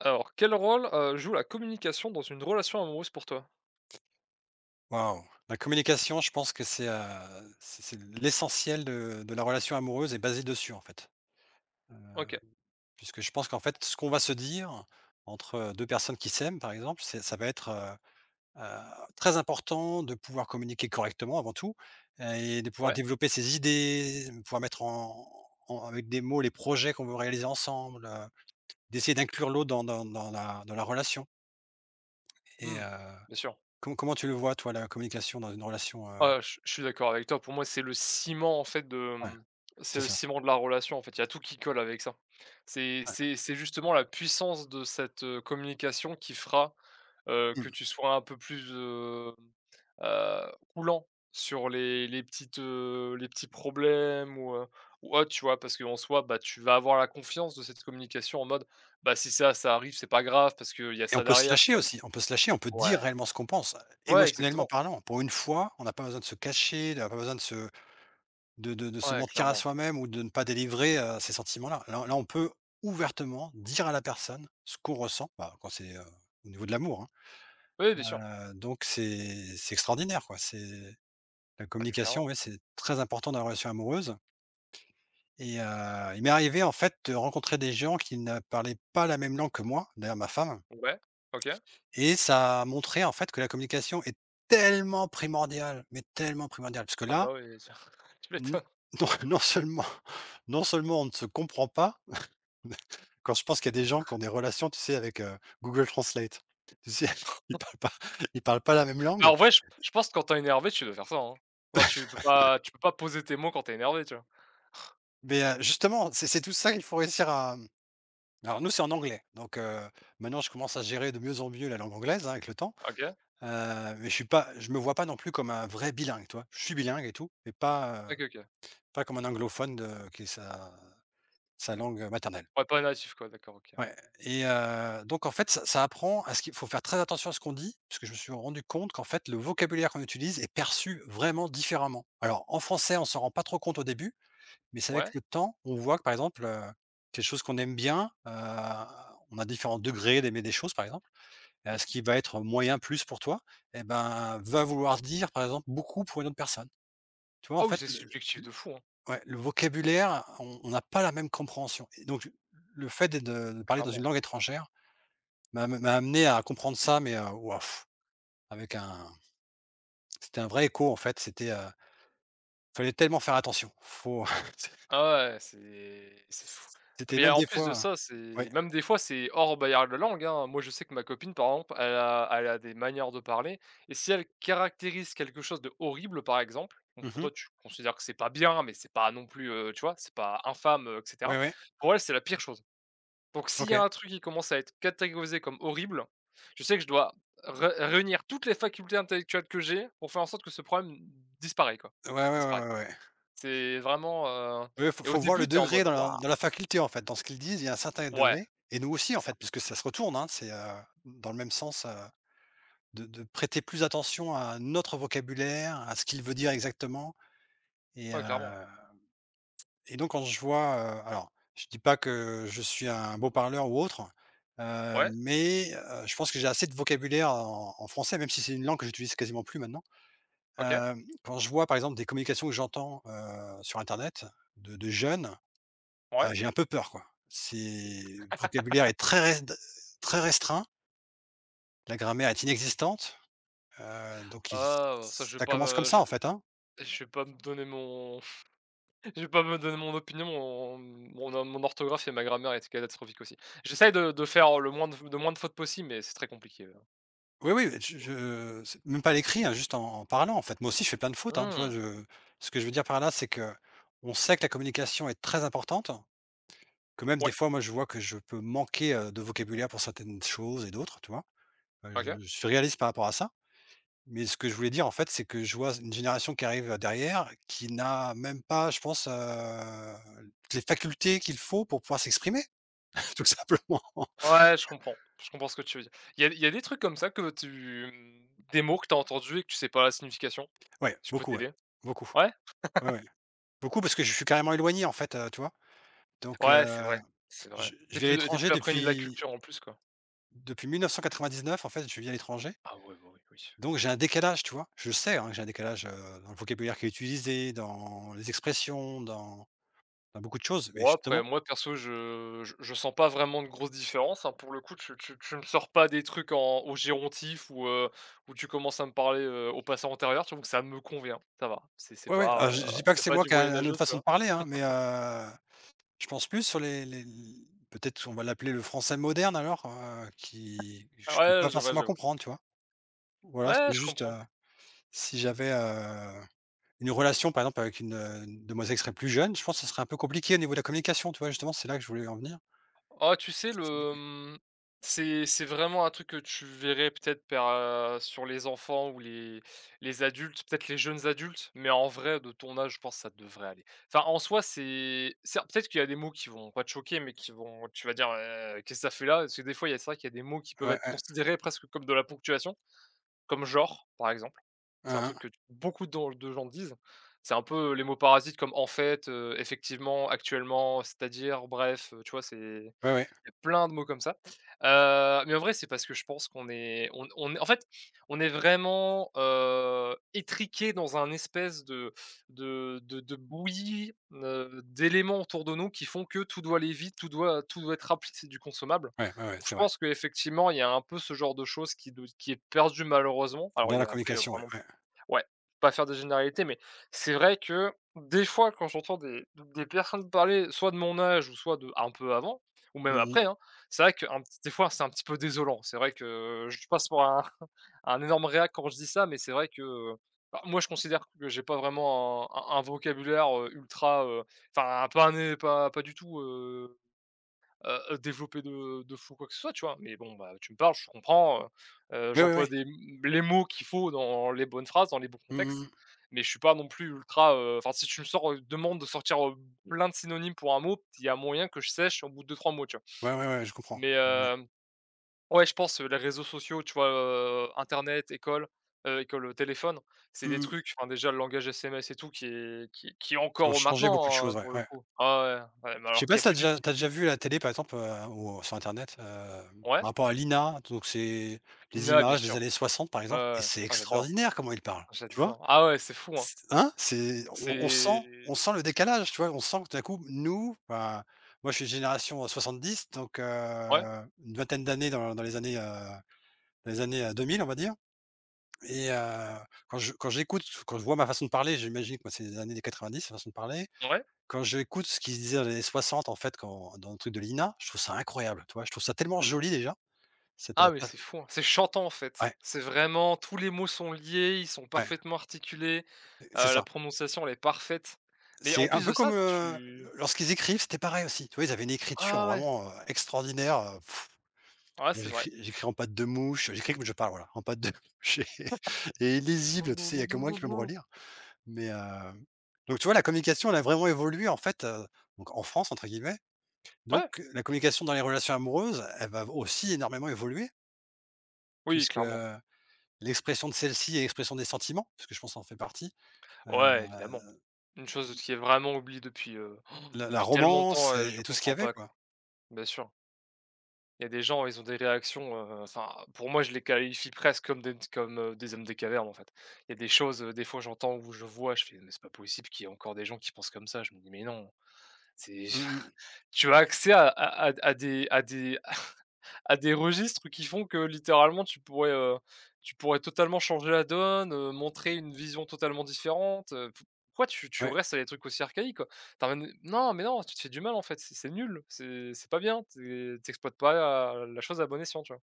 Alors, quel rôle, joue la communication dans une relation amoureuse pour toi? Waouh! La communication, je pense que c'est, c'est l'essentiel de la relation amoureuse est basé dessus, en fait. OK, Puisque je pense qu'en fait, ce qu'on va se dire entre, 2 personnes qui s'aiment, par exemple, c'est ça va être, heu, très important de pouvoir communiquer correctement avant tout et de pouvoir ouais, développer ses idées, de pouvoir mettre en avec des mots les projets qu'on veut réaliser ensemble, d'essayer d'inclure l'autre dans la relation et mmh, bien sûr. Comment tu le vois toi, la communication dans une relation, heu? Ah, je suis d'accord avec toi. Pour moi, c'est le ciment, en fait, de, Ouais, mmh, c'est c'est le ça, ciment de la relation, en fait. Il y a tout qui colle avec ça. C'est ouais. c'est c'est justement la puissance de cette, communication qui fera que Mmh. tu sois un peu plus, coulant sur les petites, les petits problèmes ou autre, tu vois? Parce qu'en soi, bah, tu vas avoir la confiance de cette communication en mode: «Bah, si ça, ça arrive, c'est pas grave parce qu'il y a Et on ça peut se derrière», tu lâcher vois? aussi, on peut se lâcher, on peut dire Ouais, réellement ce qu'on pense, ouais, émotionnellement exactement. parlant. Pour une fois, on n'a pas besoin de se cacher, on n'a pas besoin de se Ouais, mentir à clairement. soi-même ou de ne pas délivrer, ces sentiments-là. Là, on peut ouvertement dire à la personne ce qu'on ressent, bah, quand c'est, au niveau de l'amour, hein. Oui, bien sûr. Donc c'est extraordinaire, quoi. C'est la Ah mais communication, clairement. oui, c'est très important dans la relation amoureuse et il m'est arrivé, en fait, de rencontrer des gens qui ne parlaient pas la même langue que moi, d'ailleurs ma femme. Ouais, OK. Et ça a montré en fait que la communication est tellement primordiale, mais tellement primordiale, parce que Ah bah, là, oui, bien sûr. Tu n m'étonnes. non non seulement non seulement on ne se comprend pas, quand je pense qu'il y a des gens qui ont des relations, tu sais, avec, Google Translate. Tu sais, ils parlent pas ils parlent pas la même Bah, langue, en vrai, je pense que quand t'es énervé, tu dois faire ça, hein? Enfin, tu peux pas poser tes mots quand t'es énervé, tu vois? mais, justement, c'est tout ça qu'il faut réussir à, mmh, alors nous, c'est en anglais, donc, maintenant je commence à gérer de mieux en mieux la langue anglaise, hein, avec le temps, OK. Mais je me vois pas non plus comme un vrai bilingue, toi. Je suis bilingue et tout, mais pas OK, OK. pas comme un anglophone de qui est sa sa langue maternelle. Ouais, pas natif, quoi, d'accord, OK. Ouais et donc en fait, ça apprend à ce qu'il faut faire très attention à ce qu'on dit, parce que je me suis rendu compte qu'en fait, le vocabulaire qu'on utilise est perçu vraiment différemment. Alors, en français, on s'en rend pas trop compte au début, mais c'est Ouais. avec le temps, on voit que, par exemple, quelque chose qu'on aime bien, on a différents degrés d'aimer des choses, par exemple. Ce qui va être moyen plus pour toi et ben, va vouloir dire, par exemple, beaucoup pour une autre personne. Tu vois, en Ah oui, fait, c'est subjectif de fou, hein, ouais, le vocabulaire, on n'a pas la même compréhension et donc le fait de parler dans une clairement. langue étrangère m'a amené à comprendre ça, mais waouh, avec un, c'était un vrai écho en fait, c'était, fallait tellement faire attention. Faut Ah ouais, c'est fou. c'était Mais même en des plus de fois ça, c'est oui. même des fois, c'est hors barrière de langue, hein. Moi, je sais que ma copine, par exemple, elle a des manières de parler et si elle caractérise quelque chose de horrible, par exemple, bon, Mmh pour oui. toi, tu considères que c'est pas bien, mais c'est pas non plus, tu vois? C'est pas infâme, et cetera. Ouais, ouais. Pour elle, c'est la pire chose. Donc s'il y a OK. un truc qui commence à être catégorisé comme horrible, je sais que je dois ré réunir toutes les facultés intellectuelles que j'ai pour faire en sorte que ce problème disparaisse quoi. Ouais, ouais, Disparaisse. ouais, ouais, ouais. Ouais, C'est vraiment, heu ouais, faut et au faut voir le début, tu es en degré mode: «Waouh!» Dans la faculté en fait, dans ce qu'ils disent, il y a un certain Ouais, degré et nous aussi en c'est ça. fait, puisque ça se retourne, hein, c'est, dans le même sens, de prêter plus attention à notre vocabulaire, à ce qu'il veut dire exactement et heu Ouais, clairement. et donc quand je vois, alors je dis pas que je suis un beau parleur ou autre, Ouais, je pense que j'ai assez de vocabulaire en français, même si c'est une langue que j'utilise quasiment plus maintenant. OK, Hem, quand je vois par exemple des communications que j'entends, sur internet de jeunes, ouais. J'ai un peu peur quoi. C'est le vocabulaire est très res très restreint, la grammaire est inexistante, donc il Ah, ça, ça commence comme ça en fait, hein. je vais pas me donner mon je vais pas me donner mon opinion, mon orthographe et ma grammaire est catastrophique aussi. J'essaye de faire le moins de f le moins de fautes possible, mais c'est très compliqué, Oui, oui, je c'est même pas à l'écrit, hein, juste en parlant, en fait. Moi aussi, je fais plein de fautes, hein, tu vois? mmh, Je Ce que je veux dire par là, c'est que on sait que la communication est très importante, que même des ouais, fois, moi, je vois que je peux manquer, de vocabulaire pour certaines choses et d'autres, tu vois? Heu, je OK. je suis réaliste par rapport à ça, mais ce que je voulais dire, en fait, c'est que je vois une génération qui arrive, derrière, qui n'a même pas, je pense, les facultés qu'il faut pour pouvoir s'exprimer, tout simplement. Ouais, je comprends, je comprends ce que tu veux dire. Il y a des trucs comme ça que tu, des mots que tu as entendus et que tu sais pas la signification? Ouais, Je peux beaucoup, ouais, t'aider? beaucoup. Ouais? Ouais, ouais, beaucoup parce que je suis carrément éloigné, en fait, tu vois? Donc Ouais, c'est vrai, c'est vrai. je T'es vis à plus t'es l'étranger plus imprégné de la depuis culture en plus, quoi. depuis 1999, en fait, je vis à l'étranger, Ah ouais, bah, oui, oui, oui. donc j'ai un décalage, tu vois? Je sais, hein, que j'ai un décalage, dans le vocabulaire qui est utilisé, dans les expressions, dans dans beaucoup de choses, mais Bon après, justement moi perso, je sens pas vraiment de grosse différence, hein. Pour le coup, tu me sors pas des trucs en au gérontif ou tu commences à me parler, au passé antérieur, je trouve que ça me convient, ça va. Ouais, ouais, alors je dis pas que C'est c'est pas moi du qui moyen a une âgeux, autre tu façon de vois? parler, hein, mais je pense plus sur les peut-être on va l'appeler le français moderne alors, qui Ah je peux ouais, pas je vois, forcément je vois. comprendre, tu vois? Voilà, c'est Ouais, je juste, comprends. Si j'avais, une relation par exemple avec une demoiselle qui serait plus jeune, je pense que ça serait un peu compliqué au niveau de la communication, tu vois? Justement, c'est là que je voulais en venir. Oh, tu sais, C'est le, mmh, c'est vraiment un truc que tu verrais peut-être per sur les enfants ou les adultes, peut-être les jeunes adultes, mais en vrai, de ton âge, je pense que ça devrait aller. Enfin, en soi, c'est peut-être qu'il y a des mots qui vont pas te choquer, mais qui vont tu vas dire: qu'est-ce que ça fait là?» parce que des fois, il y a c'est vrai qu'il y a des mots qui peuvent ouais, être ouais. considérés presque comme de la ponctuation, comme genre, par exemple. C'est un Hein, truc hein. que beaucoup de gens disent. C'est un peu les mots parasites comme en fait, effectivement, actuellement, c'est-à-dire, bref, tu vois? C'est il Ouais, ouais. y a plein de mots comme ça. Mais en vrai, c'est parce que je pense qu'on est en fait, on est vraiment, étriqués dans un espèce de de bouillie, d'éléments autour de nous qui font que tout doit aller vite, tout doit être rapide, c'est du consommable. Ouais, ouais, ouais, Donc je c'est vrai. pense qu'effectivement, il y a un peu ce genre de choses qui est perdu malheureusement. Alors Dans il y la a après, communication, ouais, plein ouais. ouais, pas faire des généralités, mais c'est vrai que des fois, quand j'entends des personnes parler, soit de mon âge ou soit de un peu avant ou même après, Mmh. hein, c'est vrai qu'un petit des fois, c'est un petit peu désolant. C'est vrai que je passe pour un un énorme réac quand je dis ça, mais c'est vrai que, bah, moi, je considère que j'ai pas vraiment un vocabulaire, ultra, enfin, pas un pas pas du tout, développer de fou quoi que ce soit, tu vois? Mais bon, bah, tu me parles, je comprends, Oui, oui, oui. j'emploie des les mots qu'il faut dans les bonnes phrases, dans les bons contextes, Mmh. mais je suis pas non plus ultra, enfin, si tu me sors, demandes de sortir, plein de synonymes pour un mot, il y a moyen que je sèche au bout de deux trois mots, tu vois? Ouais, ouais, ouais, je comprends. Mais Ouais. hem, ouais, je pense, les réseaux sociaux, tu vois, internet, école, téléphone, c'est des Mmh mh. trucs enfin, déjà le langage SMS et tout qui est Ont encore, changé beaucoup de maintenant, hein, choses, ouais, pour le ouais. coup. Ah ouais, ouais, mais Je sais alors qu'il pas y a si plus tu d'utilité déjà vu à la télé par exemple, ou sur internet, hem, ouais? par rapport à l'INA, donc c'est des L'INA, bien images des sûr. années 60 par Ouais, exemple ouais, et ouais. c'est Ah j'adore, extraordinaire comment ils parlent, ah, tu vois? j'adore. Ah ouais, c'est fou, hein. Hein? C'est on sent C'est on sent le décalage, tu vois? On sent que tout à coup, nous, enfin, moi, je suis de génération, 70, donc ouais, une vingtaine d'années dans les années, 2000, on va dire et quand j'écoute, quand je vois ma façon de parler, j'imagine que moi, c'est les années des 90, ma façon de parler. ouais. Quand j'écoute ce qu'ils se disaient dans les années 60, en fait, quand dans le truc de l'INA, je trouve ça incroyable, tu vois? Je trouve ça tellement joli déjà, cette, Ah mais c'est fou, hein. C'est chantant, en fait. ouais, C'est vraiment tous les mots sont liés, ils sont ouais, parfaitement articulés, c'est la ça. prononciation, elle est parfaite. Mais en C'est un plus de peu ça, comme, tu lorsqu'ils écrivent, c'était pareil aussi. Tu vois, ils avaient une écriture ah ouais, vraiment, extraordinaire, ouais, moi c'est vrai. J'écris en patte de mouche, j'écris comme je parle, voilà, en patte de mouche et illisible, tu sais, il y a que moi qui peux me relire, mais donc tu vois, la communication, elle a vraiment évolué en fait, donc en France entre guillemets, donc Ouais, la communication dans les relations amoureuses, elle va aussi énormément évoluer oui, puisque clairement. l'expression de celle-ci et l'expression des sentiments, parce que je pense que ça en fait partie, heu, Ouais, évidemment. Une chose qui est vraiment oubliée depuis, la la depuis tellement de temps, romance je et tout ce qu'il y comprends avait, pas, quoi. quoi. Bien sûr. Il y a des gens, ils ont des réactions, enfin, pour moi, je les qualifie presque comme, des hommes des cavernes, en fait. Il y a des choses, des fois, j'entends ou je vois, je fais: «Mais c'est pas possible qu'il y ait encore des gens qui pensent comme ça». Je me dis: «Mais non, c'est» Mmh mh. tu as accès à des registres qui font que littéralement tu pourrais totalement changer la donne, montrer une vision totalement différente, pourquoi tu Ouais, restes à des trucs aussi archaïques, quoi? Tu ramènes non, mais non, tu te fais du mal en fait, c'est nul, c'est pas bien, tu es pas la la chose à bon escient, tu vois?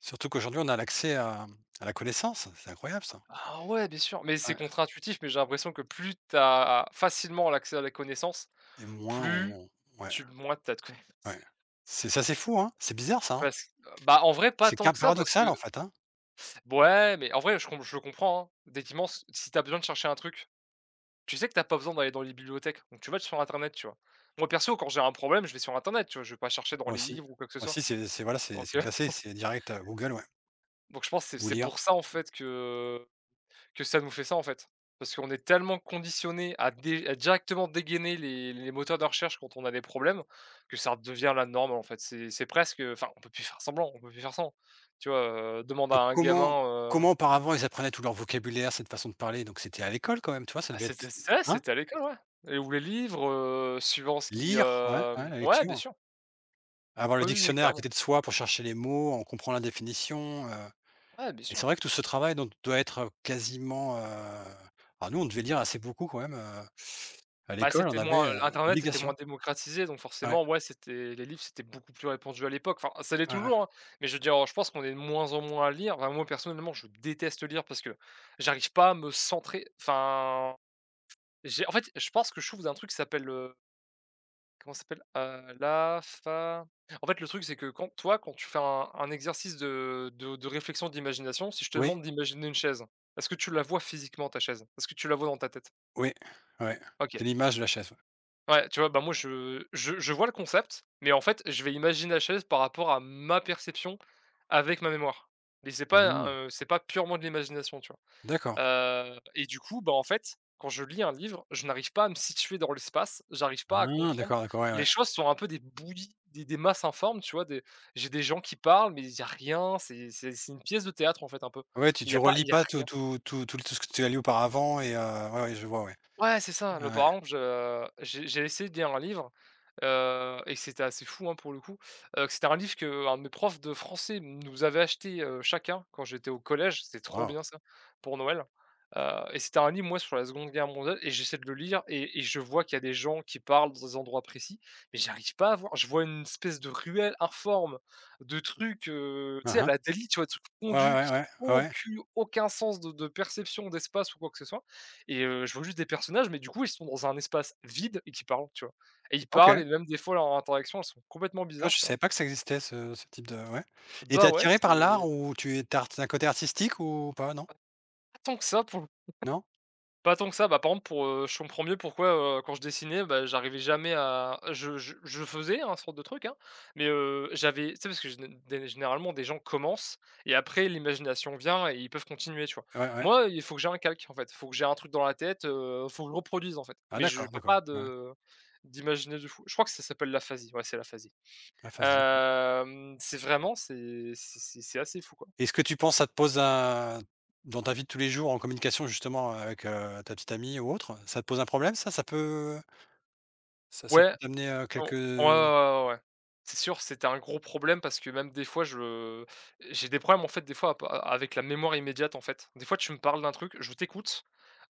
surtout qu'aujourd'hui on a l'accès à la connaissance, c'est incroyable ça. Ah ouais, bien sûr, mais c'est Ouais contre-intuitif, mais j'ai l'impression que plus t'as facilement l'accès à la connaissance, et moins plus on ouais, tu moins t'as de connaissances. ouais. C'est ça, c'est fou, hein? C'est bizarre ça, hein? Parce bah, en vrai, pas C'est tant ca que ça parce que paradoxal en fait, hein? ouais, mais en vrai, je le comprends, hein. Effectivement, s si t'as besoin de chercher un truc, tu sais que t'as pas besoin d'aller dans les bibliothèques, donc tu vas sur internet, tu vois? Moi perso, quand j'ai un problème, je vais sur internet, tu vois? Je vais pas chercher dans Moi les aussi. livres ou quoi que ce Moi soit. aussi, c'est voilà, c'est OK. c'est classé, c'est direct, Google, ouais. Donc je pense que c'est Ou c'est lire. pour ça, en fait, que ça nous fait ça, en fait. Parce qu'on est tellement conditionné à dé à directement dégainer les moteurs de recherche quand on a des problèmes, que ça devient la norme, en fait. C'est presque, enfin, on peut plus faire semblant, on peut plus faire sans. Tu vois? Demande à Donc un gamin, euh, comment auparavant ils apprenaient tout leur vocabulaire, cette façon de parler? Donc c'était à l'école quand même, tu vois? Ça ah devait c'était être ça, hein? c'était à l'école, ouais. Et ou les livres, suivant ce qui, Lire, ouais, ouais, hem la ouais, bien lecture. sûr. Avoir le Oui, oui, oui, dictionnaire à clairement. côté de soi pour chercher les mots, on comprend la définition, Ouais, bien et sûr. c'est vrai que tout ce travail donc doit être, quasiment, alors nous on devait lire assez beaucoup quand même, à Bah, l'école on c'était avait, moins internet était moins obligation. démocratisé, donc Ouais, forcément, ouais, c'était les livres, c'était beaucoup plus répandu à l'époque. Enfin, ça l'est ouais, ouais. toujours, hein, mais je veux dire, je pense qu'on est de moins en moins à lire. Enfin, moi, personnellement, je déteste lire parce que j'arrive pas à me centrer. Enfin, je pense que je trouve d'un truc qui s'appelle, comment ça s'appelle? La fa en fait, le truc, c'est que quand toi, quand tu fais un exercice de réflexion, d'imagination, si je te Oui? demande d'imaginer une chaise, est-ce que tu la vois physiquement ta chaise? Est-ce que tu la vois dans ta tête? Oui, ouais, OK. c'est l'image de la chaise, ouais. Ouais, tu vois? Bah, moi, je vois le concept, mais en fait, je vais imaginer la chaise par rapport à ma perception avec ma mémoire. Mais Mmh, c'est pas purement de l'imagination, tu vois? d'accord. Et du coup, bah, en fait, quand je lis un livre, je n'arrive pas à me situer dans l'espace, j'arrive pas à Ah, comprendre. d'accord, d'accord, ouais, Les ouais. choses sont un peu des bouillies, des masses informes, tu vois? Des j'ai des gens qui parlent, mais il y a rien, c'est une pièce de théâtre, en fait, un peu. Ouais, Mais il y tu a pas relis il y a pas tout rien. tout tout tout tout ce que tu as lu auparavant et ouais, ouais, je vois, ouais. Ouais, c'est ça. Ouais, Là, par ouais. exemple, je j'ai essayé de lire un livre, et c'était assez fou, hein, pour le coup, que c'était un livre qu'un de mes profs de français nous avait acheté, chacun quand j'étais au collège, c'était trop Waouh. bien ça, pour Noël, heu et c'était un livre, moi, sur la Seconde Guerre mondiale et j'essaie de le lire et je vois qu'il y a des gens qui parlent dans des endroits précis, mais j'arrive pas à voir. Je vois une espèce de ruelle informe, de trucs, tu Hein, sais, à hein. la Delhi, tu vois? Des trucs Ouais, pondus ouais, qui ouais, ouais, ouais. Aucun sens de perception d'espace ou quoi que ce soit et je vois juste des personnages, mais du coup, ils sont dans un espace vide et qui parlent, tu vois? Et ils OK. parlent et même des fois, leurs interactions, elles sont complètement Ah, bizarres, je tu vois? savais pas que ça existait ce ce type de ouais et t'es Bah, ouais, attiré c'est par l'art ou tu es tu un côté artistique ou pas, non? tant que ça pour Non? pas tant que ça, bah, par exemple pour, je comprends mieux pourquoi, quand je dessinais, bah, j'arrivais jamais à je faisais un sorte de truc, hein, mais, j'avais tu sais parce que généralement des gens commencent et après l'imagination vient et ils peuvent continuer, tu vois? Ouais, ouais. Moi, il faut que j'ai un calque, en fait. Il faut que j'ai un truc dans la tête, faut que je reproduise, en fait, Ah mais je d'accord, peux d'accord, pas ouais. de d'imaginer du fou. Je crois que ça s'appelle l'aphasie, ouais, c'est l'aphasie. Ah fascinant. C'est vraiment c'est assez fou, quoi. Et est-ce que tu penses ça te pose un dans ta vie de tous les jours en communication justement avec, ta petite amie ou autre, ça te pose un problème ça? Ça peut ça Ouais. peut t'amener, On ouais, ouais, quelques ouais, ouais, ouais. C'est sûr, c'était un gros problème parce que même des fois je j'ai des problèmes en fait des fois à avec la mémoire immédiate en fait. Des fois tu me parles d'un truc, je t'écoute,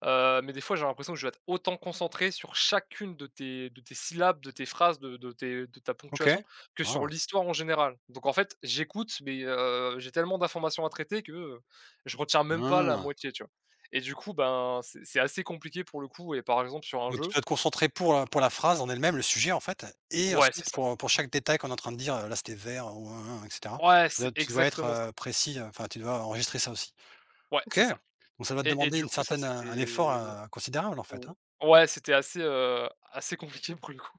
mais des fois j'ai l'impression que je vais être autant concentré sur chacune de tes syllabes, de tes phrases, de ta OK. ponctuation que sur Waouh! l'histoire en général. Donc en fait, j'écoute mais j'ai tellement d'informations à traiter que, je retiens même pas la Ah. moitié, tu vois? Et du coup, ben, c'est assez compliqué pour le coup et par exemple sur un Donc tu jeu. dois te concentrer pour la phrase en elle-même, le sujet en fait et Ouais, c'est ensuite ça. Pour chaque détail qu'on est en train de dire, là c'était vert ou hein, hein et cetera. Ouais, c'est Là tu dois être, exactement ça. Précis, enfin tu dois enregistrer ça aussi. Ouais, OK. c'est ça Donc ça doit te et demander du une coup, ça, certaine, un effort, c'était considérable en fait, ou hein? ouais, c'était assez compliqué pour le coup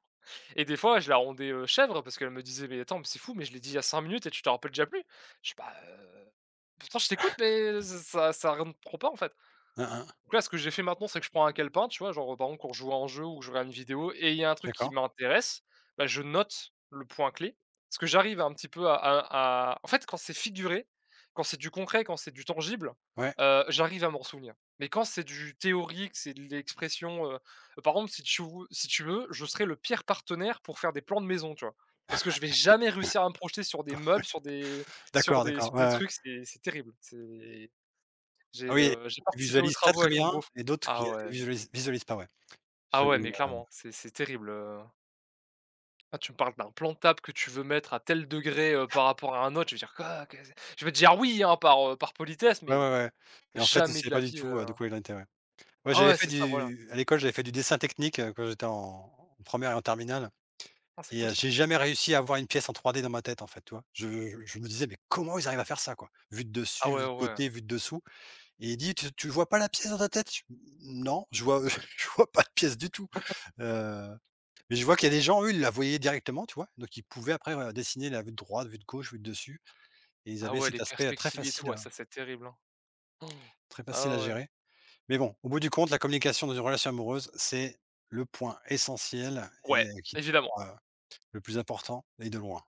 et des fois, je la rendais, chèvre parce qu'elle me disait: «Mais attends, mais c'est fou, mais je l'ai dit il y a 5 minutes et tu te rappelles déjà plus? Je sais pas, pourtant je t'écoute mais ça rentre trop pas en fait». Hein, hein. Donc là, ce que j'ai fait maintenant, c'est que je prends un calepin, tu vois? Genre, par exemple, quand je joue à un jeu ou que je regarde une vidéo et il y a un truc qui D'accord. m'intéresse, bah, je note le point clé. Parce que j'arrive un petit peu à en fait, quand c'est figuré, quand c'est du concret, quand c'est du tangible, Ouais. J'arrive à m'en souvenir. Mais quand c'est du théorique, c'est de l'expression, par exemple, si tu veux, je serai le pire partenaire pour faire des plans de maison, tu vois? Parce que je vais jamais réussir à me projeter sur des meubles, sur des sur D'accord, des sur d'accord. Ouais, des ouais. trucs, c'est terrible, c'est Ah oui, j'ai ils participé aux visualisent très, travaux très avec mon bien beau-frè. et d'autres Ah qui, ouais, c visualisent visualisent pas, ouais. ah J'avais, ouais, mais clairement, c'est terrible, ah, tu me parles d'un plan de table que tu veux mettre à tel degré, par rapport à un autre, je vais dire: «Quoi? Que je vais te dire: «Oui», hein, par politesse, ouais, mais ouais, ouais. Mais en fait, ils ne jamais de savaient la pas du vie, tout, de quoi il en était, ouais. Ouais, ah j'avais ouais, fait c'est ça, voilà. du à l'école, j'avais fait du dessin technique, quand j'étais en première et en terminale Ah, c'est et cool ça. j'ai jamais réussi à avoir une pièce en 3D dans ma tête, en fait, tu vois? Je me disais: «Mais comment ils arrivent à faire ça, quoi?» Vue de Ah dessus, ouais, vue de ouais, ouais. côté, vue de dessous et il dit: Tu vois pas la pièce dans ta tête?» Je «Non, je vois je vois pas de pièce du tout». Heu, mais je vois qu'il y a des gens, eux, ils la voyaient directement, tu vois? Donc ils pouvaient après, dessiner la vue de droite, vue de gauche, vue de dessus et ils Ah avaient ouais, cet les aspect, perspectives et tout, ah ça, c'est terrible, hein. Han! très facile à Ah ouais. gérer. Mais bon, au bout du compte, la communication dans une relation amoureuse, c'est le point essentiel et Ouais, qui, évidemment. heu, le plus important et de loin.